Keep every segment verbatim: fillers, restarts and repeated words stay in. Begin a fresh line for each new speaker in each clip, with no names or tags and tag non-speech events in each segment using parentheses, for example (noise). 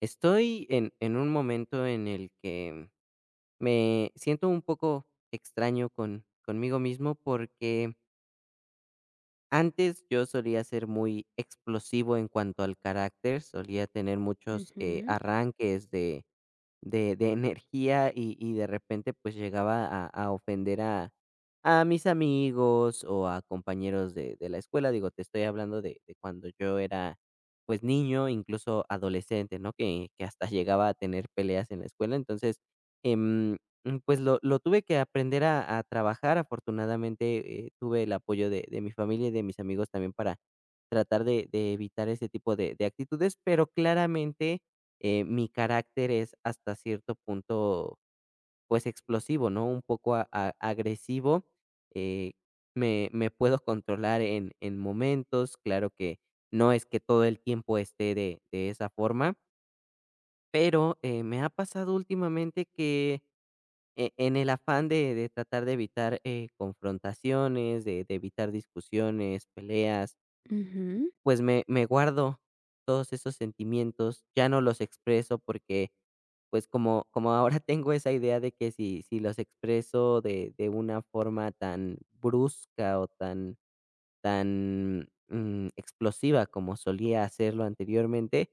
Estoy en, en un momento en el que me siento un poco extraño con, conmigo mismo porque antes yo solía ser muy explosivo en cuanto al carácter, solía tener muchos eh,
Ujú,
arranques de, de, de energía y, y de repente pues llegaba a, a ofender a, a mis amigos o a compañeros de, de la escuela. Digo, te estoy hablando de, de cuando yo era pues niño, incluso adolescente, ¿no? Que, que hasta llegaba a tener peleas en la escuela. Entonces, em, mm, pues lo, lo tuve que aprender a, a trabajar. Afortunadamente eh, tuve el apoyo de, de mi familia y de mis amigos también para tratar de, de evitar ese tipo de, de actitudes, pero claramente eh, mi carácter es hasta cierto punto, pues explosivo, ¿no? Un poco a- a- agresivo. eh, me, me puedo controlar en, en momentos, claro que no es que todo el tiempo esté de, de esa forma, pero eh, me ha pasado últimamente que eh, en el afán de, de tratar de evitar eh, confrontaciones, de, de evitar discusiones, peleas,
ujú,
pues me me guardo todos esos sentimientos, ya no los expreso porque, pues, como como ahora (laughs) tengo esa idea de que si si los expreso de de una forma tan brusca o tan tan, mm, explosiva como solía hacerlo anteriormente,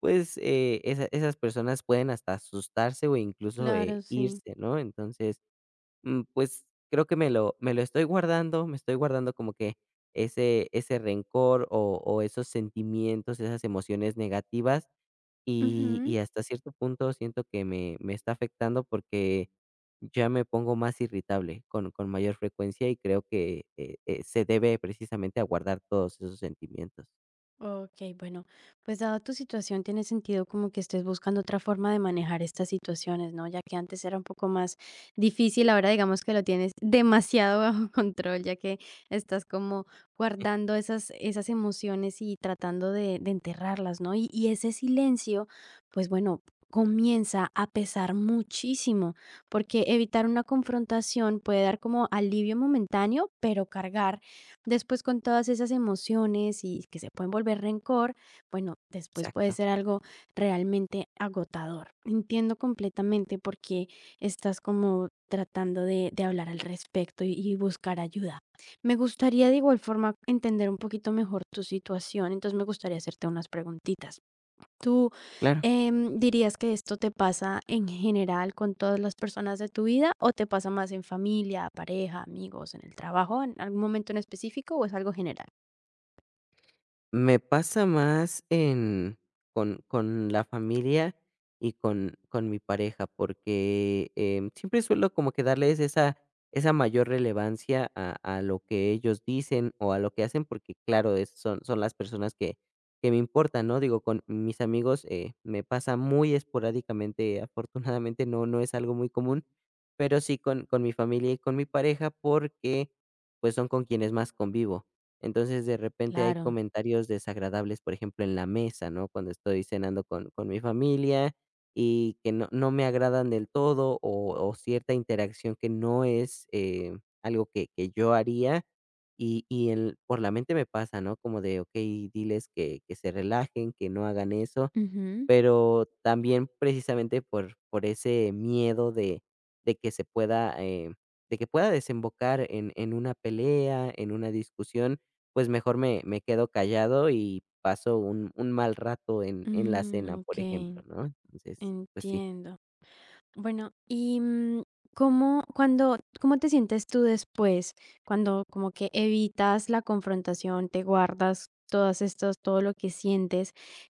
pues, eh, esa esas personas pueden hasta asustarse o incluso,
claro,
eh,
sí.
irse, ¿no? Entonces mm, pues, creo que me lo me lo estoy guardando, me estoy guardando como que ese ese rencor o o esos sentimientos, esas emociones negativas, y
Ujú.
y hasta cierto punto siento que me me está afectando porque ya me pongo más irritable con con mayor frecuencia y creo que, eh eh, se debe precisamente a guardar todos esos sentimientos.
Ok, bueno, pues dado tu situación, tiene sentido como que estés buscando otra forma de manejar estas situaciones, ¿no? Ya que antes era un poco más difícil, ahora digamos que lo tienes demasiado bajo (laughs) control, ya que estás como guardando esas, esas emociones y tratando de, de enterrarlas, ¿no? Y, y ese silencio, pues bueno, comienza a pesar muchísimo, porque evitar una confrontación puede dar como alivio momentáneo, pero cargar después con todas esas emociones y que se pueden volver rencor, bueno, después puede
Exacto,
ser algo realmente agotador. Entiendo completamente por qué estás como tratando de, de hablar al respecto y, y buscar ayuda. Me gustaría de igual forma entender un poquito mejor tu situación, entonces me gustaría hacerte unas preguntitas. ¿Tú
claro.
em, dirías que esto te pasa en general con todas las personas de tu vida o te pasa más en familia, pareja, amigos, en el trabajo, en algún momento en específico o es algo general?
Me pasa más en con con la familia y con con mi pareja, porque, em, siempre suelo como que darles esa esa mayor relevancia a a lo que ellos dicen o a lo que hacen, porque claro, es son son las personas que que me importan, ¿no? Digo, con mis amigos, eh, me pasa muy esporádicamente, afortunadamente no no es algo muy común, pero sí con con mi familia y con mi pareja porque, pues, son con quienes más convivo. Entonces, de repente hay
Claro.
comentarios desagradables, por ejemplo, en la mesa, ¿no? Cuando estoy cenando con, con mi familia y que no, no me agradan del todo o, o cierta interacción que no es eh, algo que, que yo haría. Y, y en- por la mente me pasa, ¿no? Como de, ok, diles que, que se relajen, que no hagan eso,
Ujú.
pero también precisamente por por ese miedo de de que se pueda, eh, de que pueda desembocar en en una pelea, en una discusión, pues mejor me me quedo callado y paso un un mal rato en en la
Mm,
cena, por ejemplo,
ok,
¿no? Entonces, pues sí.
entiendo. Bueno, y, mm, ¿cómo cuando cómo te sientes tú después? Cuando como que evitas la confrontación, te guardas todas estos todo lo que sientes,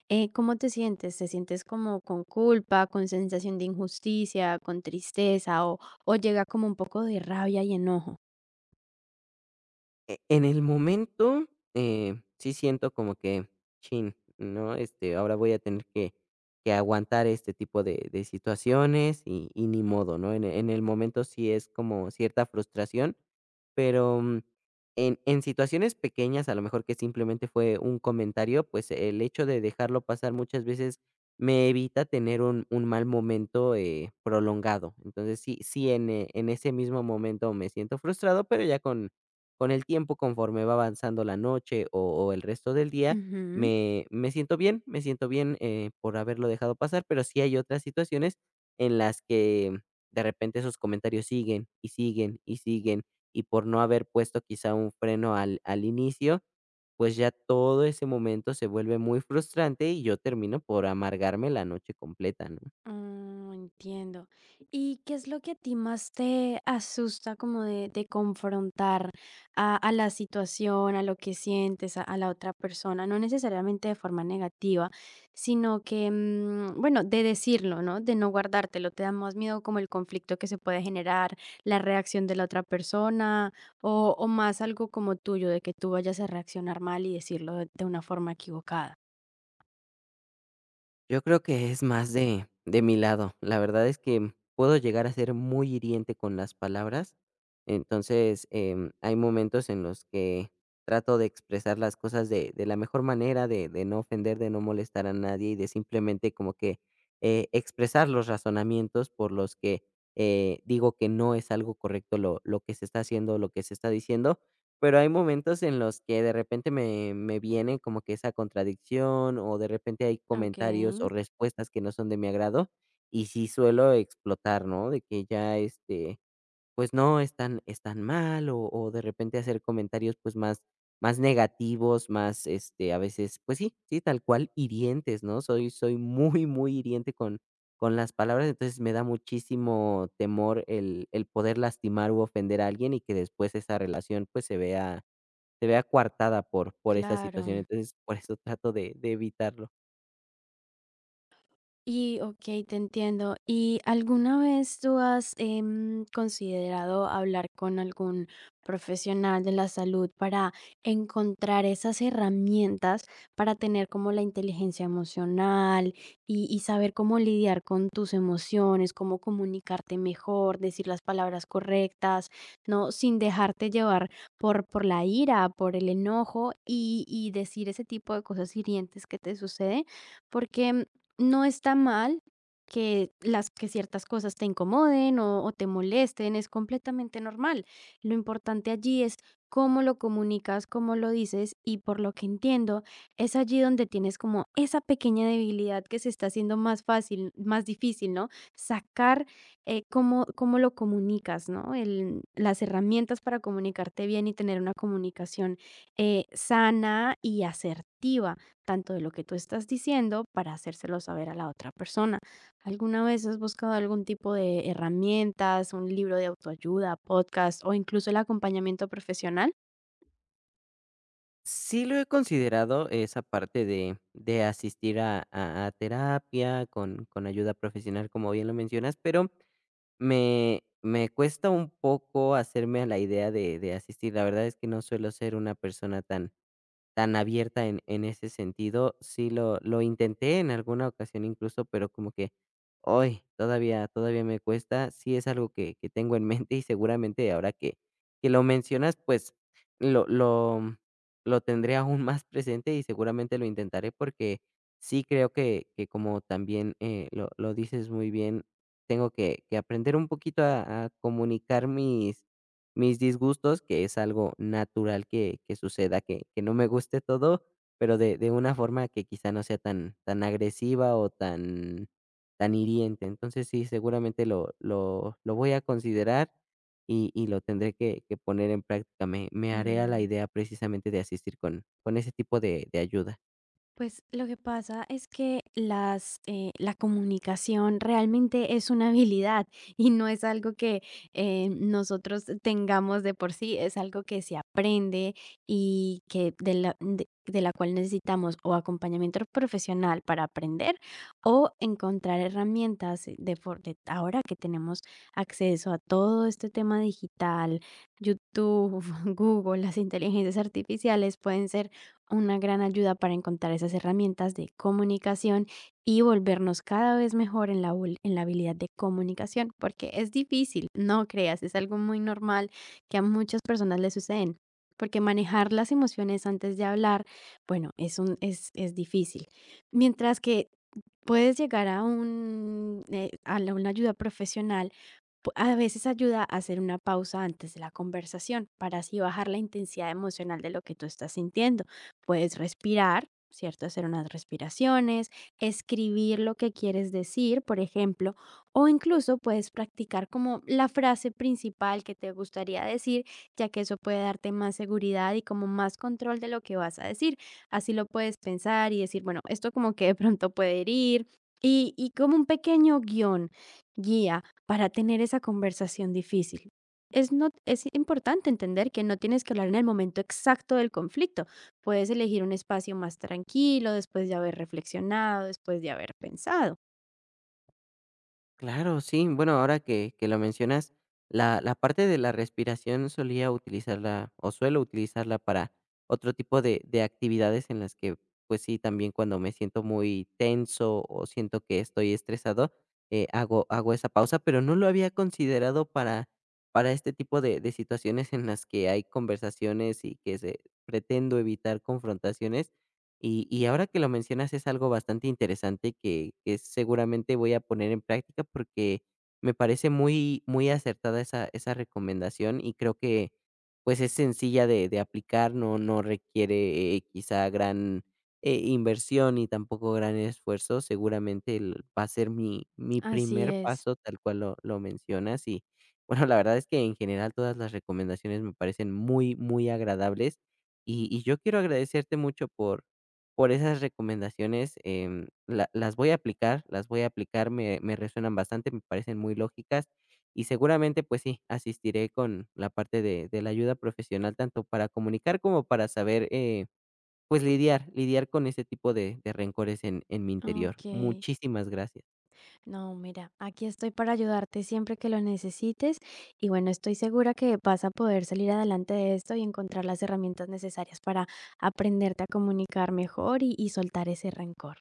eh, ¿cómo te sientes? ¿Te sientes como con culpa, con sensación de injusticia, con tristeza o o llega como un poco de rabia y enojo?
E en el momento, eh, sí siento como que, chin, ¿no? Este, ahora voy a tener que que aguantar este tipo de de situaciones y y ni modo, ¿no? En en el momento sí es como cierta frustración, pero, mm, en en situaciones pequeñas, a lo mejor que simplemente fue un comentario, pues, el hecho de dejarlo pasar muchas veces me evita tener un un mal momento, eh, prolongado. Entonces, sí sí, en eh, en ese mismo momento me siento frustrado, pero ya con con el tiempo, conforme va avanzando la noche o o el resto del día,
Ujú.
me me siento bien, me siento bien, eh, por haberlo dejado pasar, pero sí hay otras situaciones en las que de repente esos comentarios siguen, y siguen, y siguen, y por no haber puesto quizá un freno al al inicio, pues ya todo ese momento se vuelve muy frustrante y yo termino por amargarme la noche completa, ¿no?
Mm, entiendo. ¿Y qué es lo que a ti más te asusta como de, de confrontar a, a la situación, a lo que sientes, a, a la otra persona? No necesariamente de forma negativa, sino que, mm, bueno, de decirlo, ¿no? De no guardártelo. ¿Te da más miedo como el conflicto que se puede generar, la reacción de la otra persona o, o más algo como tuyo, de que tú vayas a reaccionar mal y decirlo de, de una forma equivocada?
Yo creo que es más de de mi lado. La verdad es que puedo llegar a ser muy hiriente con las palabras. Entonces, em, hay momentos en los que trato de expresar las cosas de de la mejor manera, de de no ofender, de no molestar a nadie y de simplemente como que, eh, expresar los razonamientos por los que, eh, digo que no es algo correcto lo lo que se está haciendo, lo que se está diciendo. Pero hay momentos en los que de repente me me viene como que esa contradicción, o de repente hay
Ok,
comentarios o respuestas que no son de mi agrado, y sí suelo explotar, ¿no? De que ya, este, pues no, están están mal, o o de repente hacer comentarios, pues, más más negativos, más, este, a veces, pues sí, sí, tal cual, hirientes, ¿no? Soy soy muy, muy hiriente con con las palabras, entonces me da muchísimo temor el el poder lastimar u ofender a alguien y que después esa relación, pues, se vea se vea coartada por por esa situación.
claro.
Entonces, por eso trato de de evitarlo.
Y okey, te entiendo. ¿Y alguna vez tú has, em, considerado hablar con algún profesional de la salud para encontrar esas herramientas para tener como la inteligencia emocional y y saber cómo lidiar con tus emociones, cómo comunicarte mejor, decir las palabras correctas, no sin dejarte llevar por por la ira, por el enojo y y decir ese tipo de cosas hirientes que te sucede? Porque no está mal que las que ciertas cosas te incomoden o, o te molesten, es completamente normal. Lo importante allí es cómo lo comunicas, cómo lo dices y por lo que entiendo, es allí donde tienes como esa pequeña debilidad que se está haciendo más fácil, más difícil, ¿no? Sacar eh, cómo, cómo lo comunicas, ¿no? El- las herramientas para comunicarte bien y tener una comunicación eh, sana y asertiva tanto de lo que tú estás diciendo para hacérselo saber a la otra persona. ¿Alguna vez has buscado algún tipo de herramientas, un libro de autoayuda, podcast o incluso el acompañamiento profesional?
Sí lo he considerado, esa parte de de asistir a a a terapia con con ayuda profesional, como bien lo mencionas, pero me me cuesta un poco hacerme a la idea de de asistir. La verdad es que no suelo ser una persona tan tan abierta en en ese sentido. Sí lo lo intenté en alguna ocasión incluso, pero como que, hoy todavía todavía me cuesta. Sí es algo que que tengo en (laughs) mente y seguramente ahora que que lo mencionas, pues, lo lo lo tendré aún más presente y seguramente lo intentaré, porque sí creo que que como también, eh, lo lo dices muy bien, tengo que que aprender un poquito a a comunicar mis mis disgustos, que es algo natural que que suceda, que que no me guste todo, pero de de una forma que quizá no sea tan tan agresiva o tan tan hiriente. Entonces sí, seguramente lo lo lo voy a considerar y y lo tendré que que poner en práctica. Me me haré a la
Mm.
idea precisamente de asistir con con ese tipo de de ayuda.
Pues lo que pasa es que las, eh, la comunicación realmente es una (laughs) habilidad y no es algo que eh, nosotros tengamos de por sí, es algo que se aprende y que de la, de, de la cual necesitamos o acompañamiento profesional para aprender o encontrar herramientas de, for- de ahora que tenemos acceso a todo este tema digital, YouTube, (laughs) Google, las inteligencias artificiales pueden ser una gran ayuda para encontrar esas herramientas de comunicación y volvernos cada vez mejor en la, habili- en la habilidad de comunicación, porque es difícil, no creas, es algo muy normal que a muchas personas le suceden, porque manejar las emociones antes de hablar, bueno, es, un, es, es difícil. Mientras que puedes llegar a, un, eh, a la- una ayuda profesional. Pu- A veces ayuda a hacer una pausa antes de la conversación para así bajar la intensidad emocional de lo que tú estás sintiendo. Puedes respirar, ¿cierto? Hacer unas respiraciones, escribir lo que quieres decir, por ejemplo, o incluso puedes practicar como la frase principal que te gustaría decir, ya que eso puede darte más seguridad y como más control de lo que vas a decir. Así lo puedes pensar y decir, bueno, esto como que de pronto puede herir. Y, y como un pequeño guión, guía para tener esa conversación difícil. Es, no, es importante entender que no tienes que hablar en el momento exacto del conflicto. Puedes elegir un espacio más tranquilo después de haber reflexionado, después de haber pensado.
Claro, sí. Bueno, ahora que que lo mencionas, la la parte de la respiración solía utilizarla, o suelo utilizarla para otro tipo de de actividades en las que, pues sí, también cuando me siento muy tenso o siento que estoy estresado, eh, hago hago esa pausa, pero no lo había considerado para para este tipo de de situaciones en las que hay conversaciones y que se pretendo evitar confrontaciones. Y y ahora que lo mencionas es algo bastante interesante que que seguramente voy a poner en práctica porque me parece muy muy acertada esa esa recomendación y creo que, pues, es sencilla de de aplicar, no no requiere, eh, quizá gran, eh, inversión ni tampoco gran esfuerzo. Seguramente el va a ser mi mi
Así
primer
es.
paso tal cual lo lo mencionas y, bueno, la verdad es que en general todas las recomendaciones me parecen muy, muy agradables y y yo quiero agradecerte mucho por por esas recomendaciones, em, la las voy a aplicar, las voy a aplicar, me me resuenan bastante, me parecen muy lógicas y seguramente, pues sí, asistiré con la parte de de la ayuda profesional, tanto para comunicar como para saber, eh, pues lidiar lidiar con ese tipo de de rencores en en mi interior.
Ok.
Muchísimas gracias.
No, mira, aquí estoy para ayudarte siempre que lo necesites y bueno, estoy segura que vas a poder salir adelante de esto y encontrar las herramientas necesarias para aprenderte a comunicar mejor y, y soltar ese rencor.